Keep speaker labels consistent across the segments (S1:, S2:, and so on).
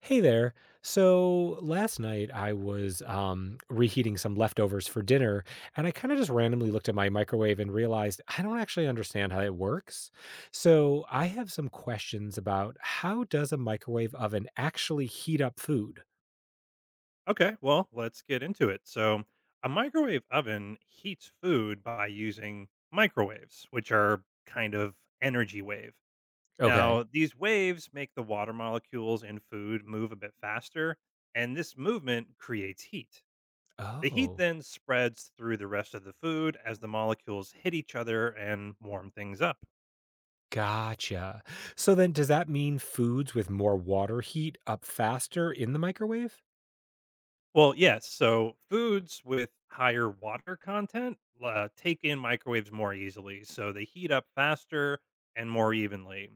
S1: Hey there. So last night I was reheating some leftovers for dinner, and I kind of just randomly looked at my microwave and realized I don't actually understand how it works. So I have some questions about how does a microwave oven actually heat up food?
S2: Okay, well, let's get into it. So, a microwave oven heats food by using microwaves, which are kind of energy wave.
S1: Okay.
S2: Now, these waves make the water molecules in food move a bit faster, and this movement creates heat. The heat
S1: Oh,
S2: then spreads through the rest of the food as the molecules hit each other and warm things up.
S1: gotcha. So then does that mean foods with more water heat up faster in the microwave?
S2: Well, yes. So foods with higher water content take in microwaves more easily, so they heat up faster and more evenly.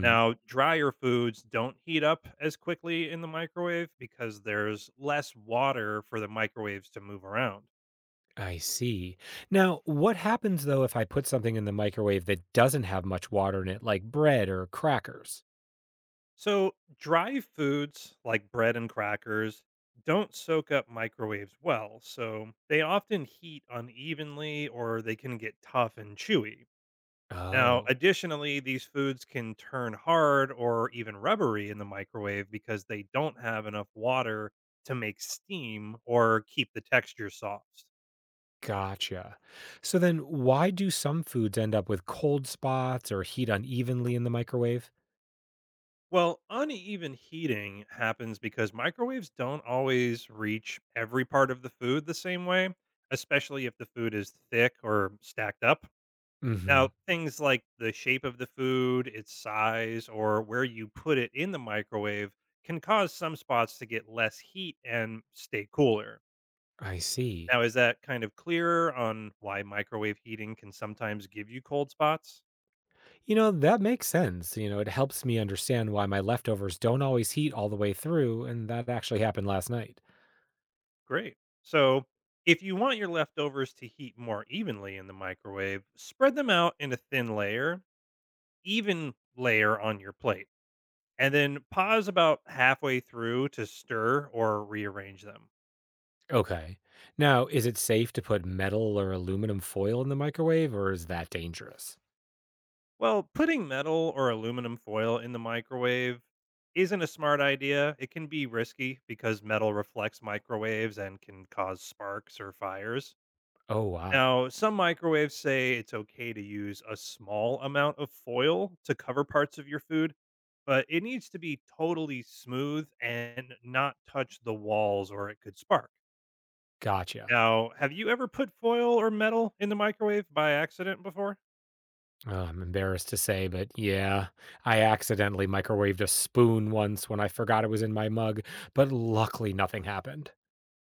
S2: Now, drier foods don't heat up as quickly in the microwave because there's less water for the microwaves to move around.
S1: I see. Now, what happens though if I put something in the microwave that doesn't have much water in it, like bread or crackers?
S2: So, dry foods like bread and crackers don't soak up microwaves well, so they often heat unevenly or they can get tough and chewy. Now,
S1: Oh,
S2: additionally, these foods can turn hard or even rubbery in the microwave because they don't have enough water to make steam or keep the texture soft.
S1: gotcha. So then, why do some foods end up with cold spots or heat unevenly in the microwave?
S2: Well, uneven heating happens because microwaves don't always reach every part of the food the same way, especially if the food is thick or stacked up.
S1: Mm hmm.
S2: Now, things like the shape of the food, its size, or where you put it in the microwave can cause some spots to get less heat and stay cooler.
S1: I see.
S2: Now, is that kind of clearer on why microwave heating can sometimes give you cold spots?
S1: You know, that makes sense. You know, it helps me understand why my leftovers don't always heat all the way through, and that actually happened last night.
S2: Great. So, if you want your leftovers to heat more evenly in the microwave, spread them out in a thin layer, even layer on your plate, and then pause about halfway through to stir or rearrange them.
S1: Okay. Now, is it safe to put metal or aluminum foil in the microwave, or is that dangerous?
S2: Well, putting metal or aluminum foil in the microwave isn't a smart idea. It can be risky because metal reflects microwaves and can cause sparks or fires.
S1: Oh, wow.
S2: Now, some microwaves say it's okay to use a small amount of foil to cover parts of your food, but it needs to be totally smooth and not touch the walls or it could spark.
S1: Gotcha.
S2: Now, have you ever put foil or metal in the microwave by accident before?
S1: I'm embarrassed to say, but yeah, I accidentally microwaved a spoon once when I forgot it was in my mug, but luckily nothing happened.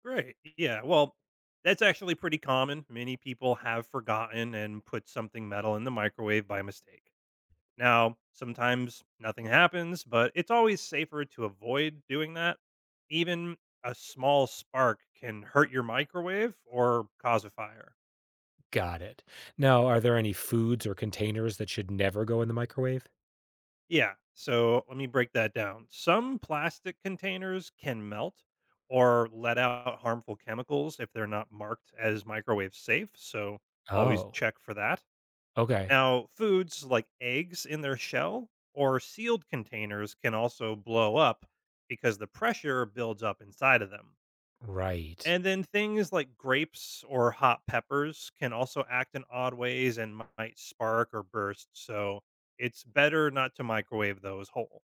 S2: Great. Yeah. Well, that's actually pretty common. Many people have forgotten and put something metal in the microwave by mistake. Now, sometimes nothing happens, but it's always safer to avoid doing that. Even a small spark can hurt your microwave or cause a fire.
S1: Got it. Now, are there any foods or containers that should never go in the microwave?
S2: Yeah. So let me break that down. Some plastic containers can melt or let out harmful chemicals if they're not marked as microwave safe. So always
S1: Oh,
S2: check for that.
S1: okay.
S2: Now, foods like eggs in their shell or sealed containers can also blow up because the pressure builds up inside of them.
S1: Right.
S2: And then things like grapes or hot peppers can also act in odd ways and might spark or burst. So it's better not to microwave those whole.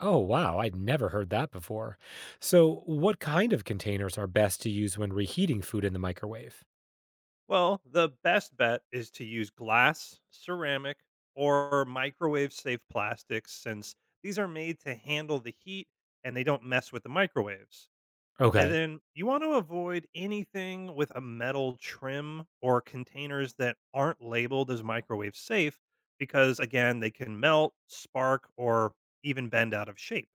S1: Oh, wow. I'd never heard that before. So, what kind of containers are best to use when reheating food in the microwave?
S2: Well, the best bet is to use glass, ceramic, or microwave safe plastics since these are made to handle the heat and they don't mess with the microwaves. And
S1: Okay,
S2: then you want to avoid anything with a metal trim or containers that aren't labeled as microwave safe because, again, they can melt, spark, or even bend out of shape.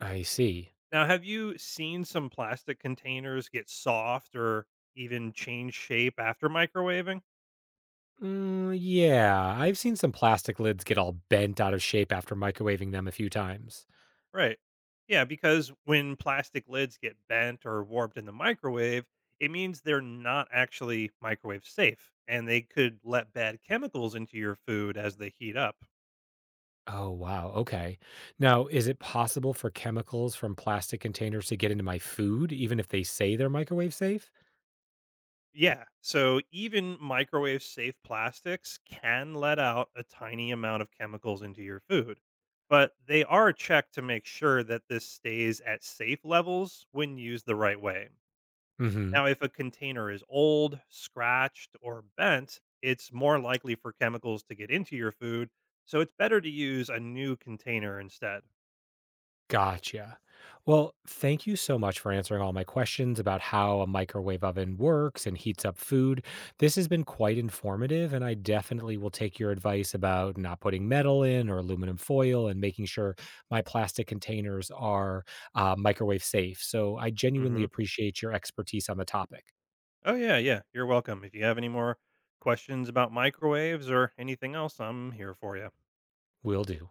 S1: I see.
S2: Now, have you seen some plastic containers get soft or even change shape after microwaving?
S1: Mm, yeah, I've seen some plastic lids get all bent out of shape after microwaving them a few times.
S2: Right. Yeah, because when plastic lids get bent or warped in the microwave, it means they're not actually microwave safe and they could let bad chemicals into your food as they heat up.
S1: Oh, wow. Okay. Now, is it possible for chemicals from plastic containers to get into my food, even if they say they're microwave safe?
S2: Yeah, so even microwave safe plastics can let out a tiny amount of chemicals into your food, but they are checked to make sure that this stays at safe levels when used the right way.
S1: Mm hmm.
S2: Now, if a container is old, scratched, or bent, it's more likely for chemicals to get into your food. So it's better to use a new container instead.
S1: Gotcha. Well, thank you so much for answering all my questions about how a microwave oven works and heats up food. This has been quite informative, and I definitely will take your advice about not putting metal in or aluminum foil and making sure my plastic containers are microwave safe. So I
S2: hmm
S1: genuinely appreciate your expertise on the topic.
S2: Oh, yeah, yeah. You're welcome. If you have any more questions about microwaves or anything else, I'm here for you.
S1: Will do.